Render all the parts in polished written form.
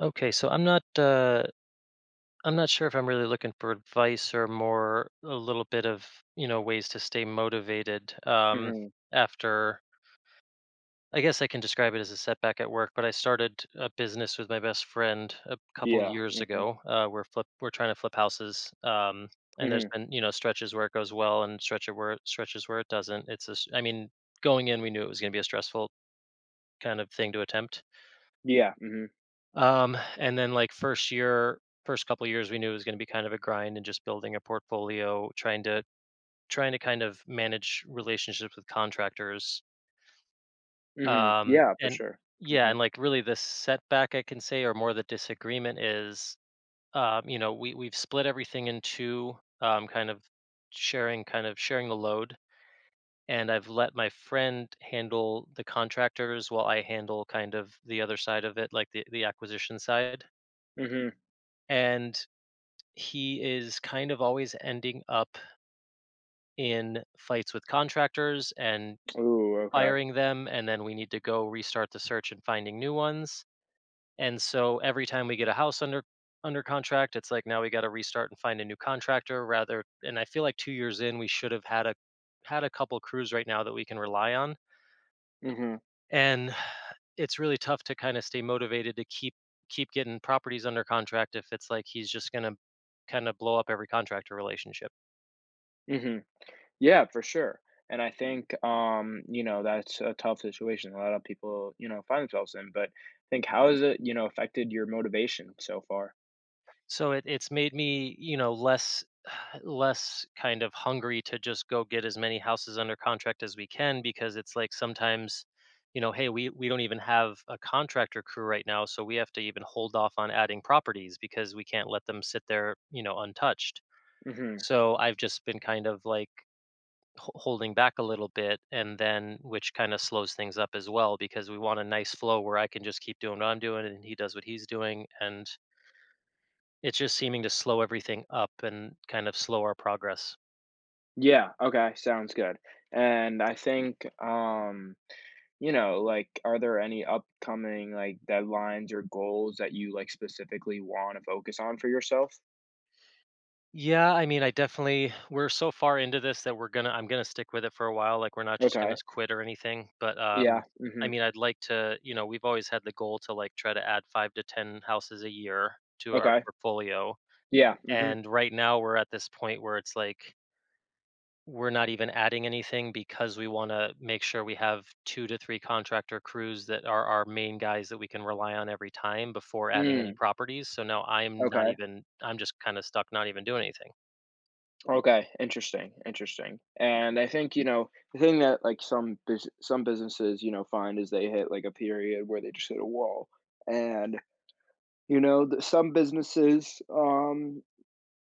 Okay, so I'm not sure if I'm really looking for advice or more a little bit of, you know, ways to stay motivated Mhm. after I guess I can describe it as a setback at work, but I started a business with my best friend a couple Yeah. years Mhm. ago. We're trying to flip houses. And there's Mhm. been, you know, stretches where it goes well and stretches where it doesn't. It's a, s- I mean, Going in, we knew it was going to be a stressful kind of thing to attempt. Yeah. Mhm. And then like First year, first couple years, we knew it was going to be kind of a grind and just building a portfolio, trying to kind of manage relationships with contractors. Mhm. Yeah, for And sure. Yeah, Mhm. and like really the setback, I can say, or more the disagreement is, you know, we've split everything into kind of sharing the load. And I've let my friend handle the contractors while I handle kind of the other side of it, like the acquisition side, Mhm. and he is kind of always ending up in fights with contractors and Ooh, okay. firing them, and then we need to go restart the search and finding new ones. And so every time we get a house under contract, it's like now we got to restart and find a new contractor rather, and I feel like 2 years in we should have had a couple crews right now that we can rely on. Mhm. And it's really tough to kind of stay motivated to keep getting properties under contract if it's like he's just going to kind of blow up every contractor relationship. Mhm. Yeah, for sure. And I think, you know, that's a tough situation a lot of people, you know, find themselves in. But I think, how has it, you know, affected your motivation so far? So it's made me, you know, less less kind of hungry to just go get as many houses under contract as we can, because it's like sometimes, you know, hey, we don't even have a contractor crew right now, so we have to even hold off on adding properties because we can't let them sit there, untouched. Hmm. So I've just been kind of like holding back a little bit, and then which kind of slows things up as well, because we want a nice flow where I can just keep doing what I'm doing and he does what he's doing, and it's just seeming to slow everything up and kind of slow our progress. Yeah. Okay. Sounds good. And I think, you know, like, are there any upcoming like deadlines or goals that you like specifically want to focus on for yourself? Yeah, I mean, I definitely we're so far into this that we're gonna I'm gonna stick with it for a while. Like, we're not just gonna Okay. quit or anything. But Yeah, I mhm, mean, I'd like to, you know, we've always had the goal to like try to add 5 to 10 houses a year to our okay. portfolio. Yeah, mhm, And right now we're at this point where it's like we're not even adding anything because we want to make sure we have 2 to 3 contractor crews that are our main guys that we can rely on every time before adding any mm, properties. So now I'm not okay, even, I'm just kind of stuck not even doing anything. okay, interesting, interesting, and I think, you know, the thing that, like, some businesses, you know, find is they hit, like, a period where they just hit a wall, and, you know, the some businesses,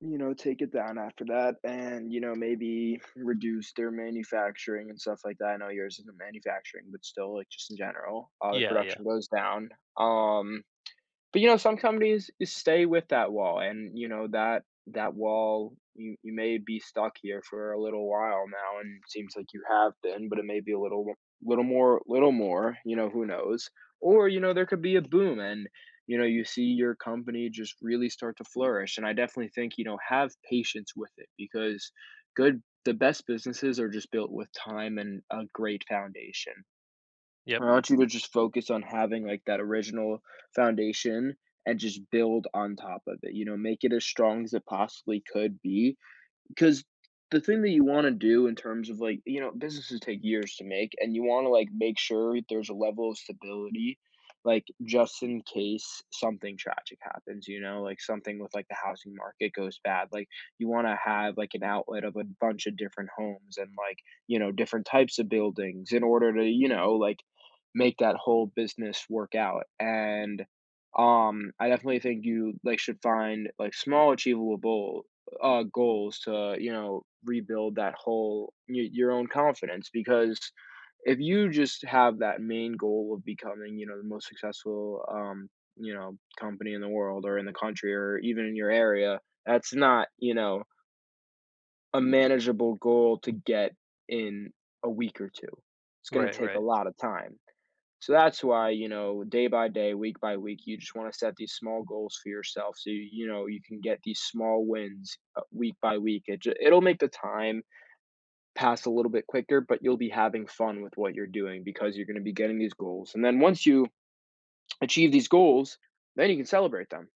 you know, take it down after that and, you know, maybe reduce their manufacturing and stuff like that. I know yours isn't manufacturing, but still, like, just in general, the Yeah, yeah. production goes down, um but you know, some companies is stay with that wall, and you know that wall. You may be stuck here for a little while now, and it seems like you have been, but it may be a little little more. You know, who knows? Or you know, there could be a boom, and you know, you see your company just really start to flourish. And I definitely think you know have patience with it because good. The best businesses are just built with time and a great foundation. Yep. I want you to just focus on having like that original foundation and just build on top of it. You know, make it as strong as it possibly could be, 'cause the thing that you wanna do in terms of, like you know, businesses take years to make, and you wanna, like, make sure there's a level of stability, like, just in case something tragic happens, you know? Like, something with, like, the housing market goes bad, like, you wanna have, like, an outlet of a bunch of different homes and, like, you know, different types of buildings in order to, you know, like, make that whole business work out, and, I definitely think you, like, should find, like, small achievable goals to you know rebuild that whole your own confidence because if you just have that main goal of becoming you know the most successful you know company in the world or in the country or even in your area, that's not you know a manageable goal to get in a week or two. It's going to Right, take a right, lot of time, so that's why, you know, day by day, week by week, you just want to set these small goals for yourself so you know you can get these small wins, week by week. It'll make the time pass a little bit quicker, but you'll be having fun with what you're doing because you're going to be getting these goals. And then once you achieve these goals, then you can celebrate them.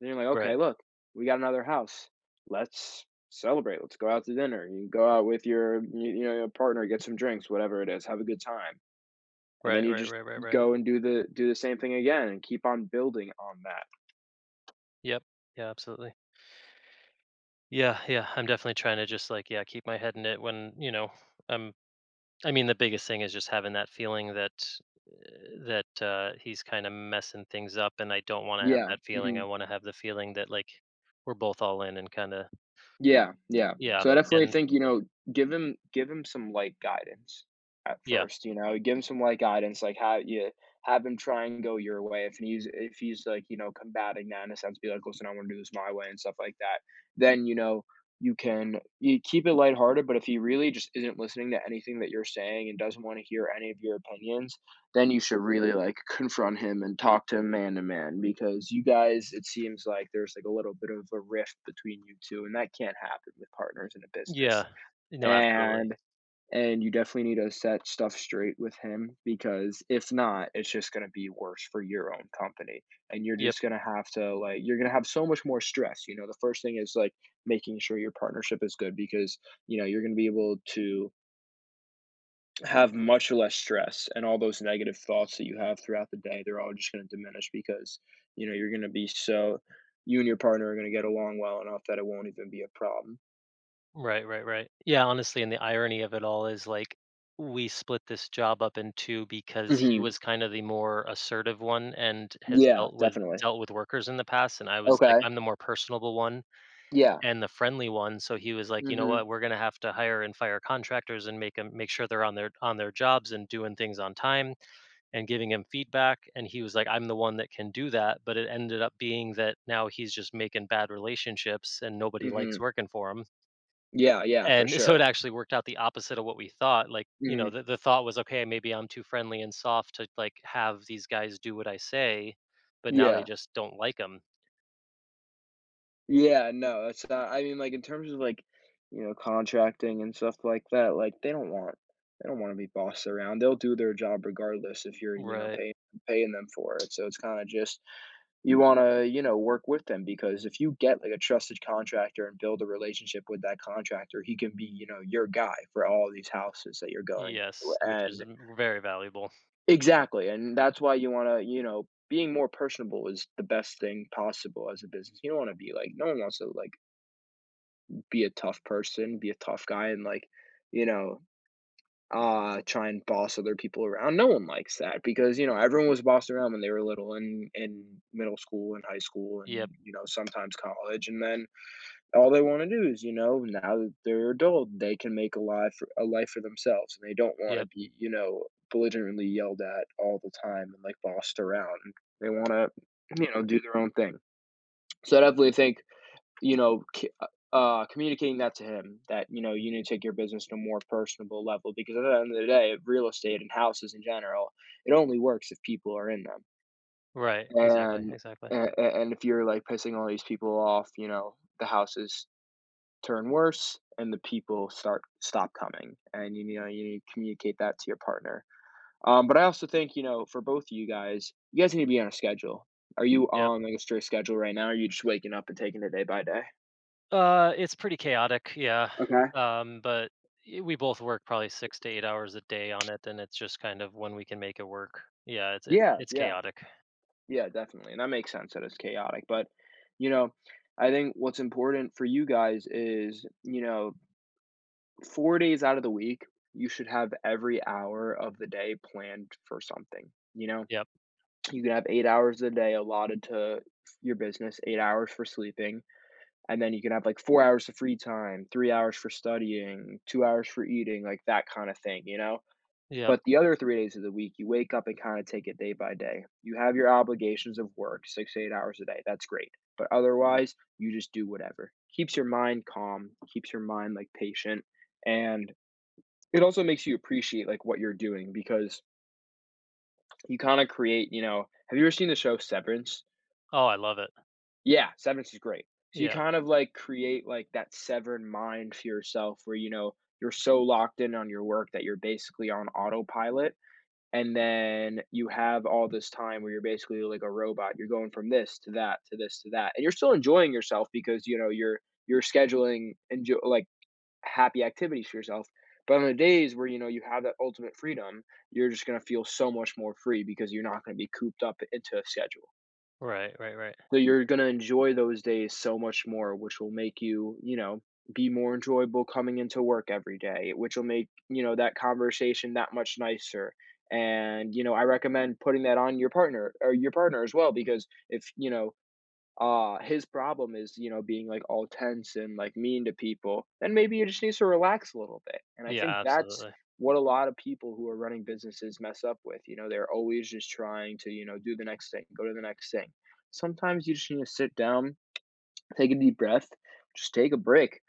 Then you're like, right, okay, look, we got another house. Let's celebrate. Let's go out to dinner. You can go out with you know your partner, get some drinks, whatever it is. Have a good time and then right, you right, just right, right, right. go and do the same thing again and keep on building on that. Yep. Yeah, absolutely. Yeah, yeah. I'm definitely trying to just like, yeah, keep my head in it when, you know, I'm I mean, the biggest thing is just having that feeling that he's kind of messing things up, and I don't want to have Yeah. that feeling. Hmm. I want to have the feeling that like we're both all in and kind of Yeah. Yeah. yeah, So I definitely and think, you know, give him some light guidance at yeah, first, you know, give him some light guidance, like how you have him try and go your way. If he's like, you know, combating that in a sense, be like, listen, I want to do this my way and stuff like that. Then, you know, you can you keep it lighthearted, but if he really just isn't listening to anything that you're saying and doesn't want to hear any of your opinions, then you should really like confront him and talk to him man to man because you guys it seems like there's like a little bit of a rift between you two and that can't happen with partners in a yeah, business, no, absolutely, and and you definitely need to set stuff straight with him because if not it's just going to be worse for your own company and you're yep, just going to have to like you're going to have so much more stress you know the first thing is like making sure your partnership is good because you know you're going to be able to have much less stress and all those negative thoughts that you have throughout the day, they're all just going to diminish because, you know, you're going to be so you and your partner are going to get along well enough that it won't even be a problem. right, right, right, yeah. Honestly, and the irony of it all is like we split this job up in two because he Mhm. was kind of the more assertive one and has Yeah, dealt with definitely. Workers in the past, and I was like Okay. I'm the more personable one Yeah. and the friendly one. So he was like, you know Mhm. what, we're gonna have to hire and fire contractors and make sure they're on their jobs and doing things on time and giving him feedback. And he was like, I'm the one that can do that. But it ended up being that now he's just making bad relationships and nobody likes Mhm. working for him. Yeah, yeah, for And so it sure. actually worked out the opposite of what we thought. Like, you know, Mhm. The thought was, okay, maybe I'm too friendly and soft to like have these guys do what I say, but now they Yeah. just don't like him. Yeah, no, that's not I mean, like, in terms of, like, you know, contracting and stuff like that, like, they don't wanna be bossed around. They'll do their job regardless if you're, you know, Right. Paying them for it. So it's kinda just you wanna, you know, work with them because if you get, like, a trusted contractor and build a relationship with that contractor, he can be, you know, your guy for all these houses that you're going to, Yes, which is and very valuable. exactly, and that's why you wanna, you know being more personable is the best thing possible as a business. You don't wanna be like no one wants to, like, be a tough person, be a tough guy, and, like, you know try and boss other people around. No one likes that because, you know, everyone was bossed around when they were little and in middle school and high school Yeah. and, you know, sometimes college. And then all they want to do is, you know, now that they're adult, they can make a life for themselves and they don't want to Yep. be, you know, belligerently yelled at all the time and like bossed around. They want to, you know, do their own thing. So I definitely think you know, c communicating that to him that, you know, you need to take your business to a more personable level because at the end of the day, real estate and houses in general, it only works if people are in them. Right. Exactly. And Exactly. a and if you're, like, pissing all these people off, you know, the houses turn worse and the people start stop coming, and, you know, you need to communicate that to your partner. But I also think, you know, for both of you guys need to be on a schedule. Are you Yep. on, like, a strict schedule right now, or are you just waking up and taking it day by day? It's pretty chaotic. Yeah. Okay. Um, but we both work probably 6 to 8 hours a day on it, and it's just kind of when we can make it work. Yeah. It's it's Yeah, it's yeah, chaotic. yeah, definitely, and that makes sense that it's chaotic, but, you know, I think what's important for you guys is, you know, 4 days out of the week, you should have every hour of the day planned for something, you know? Yep. You can have 8 hours a day allotted to your business, 8 hours for sleeping, and then you can have, like, 4 hours of free time, 3 hours for studying, 2 hours for eating, like, that kinda thing, you know? Yep. But the other 3 days of the week, you wake up and kind of take it day by day. You have your obligations of work, 6 to 8 hours a day. That's great. But otherwise, you just do whatever. Keeps your mind calm, keeps your mind like patient. And it also makes you appreciate like what you're doing because you kind of create, you know, have you ever seen the show Severance? Oh, I love it. Yeah, Severance is great. So you Yeah. kind of like create like that severed mind for yourself where, you know, you're so locked in on your work that you're basically on autopilot and then you have all this time where you're basically like a robot. You're going from this to that to this to that, and you're still enjoying yourself because you know you're scheduling enjoy like happy activities for yourself. But on the days where you know you have that ultimate freedom, you're just gonna feel so much more free because you're not gonna be cooped up into a schedule. Right. Right. Right. So you're gonna enjoy those days so much more, which will make you, you know, be more enjoyable coming into work every day, which will make, you know, that conversation that much nicer. And, you know, I recommend putting that on your partner as well, because if, you know, his problem is you know being like all tense and like mean to people then maybe you just need to relax a little bit and I Yeah. think that's Absolutely. what a lot of people who are running businesses mess up with you know they're always just trying to you know do the next thing go to the next thing, sometimes you just need to sit down, take a deep breath, just take a break,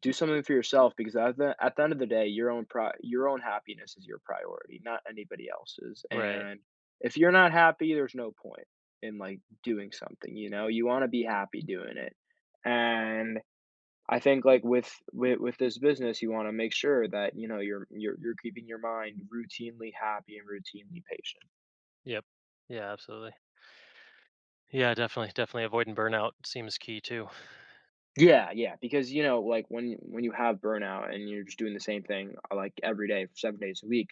do something for yourself because at the end of the day, your own your own happiness is your priority, not anybody else's. Right. And if you're not happy, there's no point in like doing something. You know, you want to be happy doing it. And I think like with this business, you want to make sure that you know you're keeping your mind routinely happy and routinely patient. Yep. Yeah. Absolutely. Yeah. Definitely. Definitely. Avoiding burnout seems key too. Yeah, yeah, because you know, like when you have burnout and you're just doing the same thing like every day for 7 days a week,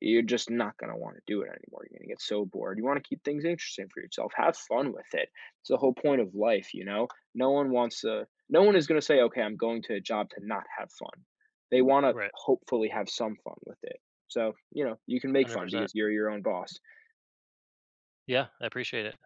you're just not going to want to do it anymore. You're going to get so bored. You want to keep things interesting for yourself. Have fun with it. It's the whole point of life, you know? No one is going to say, okay, I'm going to a job to not have fun. They want to Right. hopefully have some fun with it. So, you know, you can make Hundred fun percent. because you're your own boss. Yeah. I appreciate it.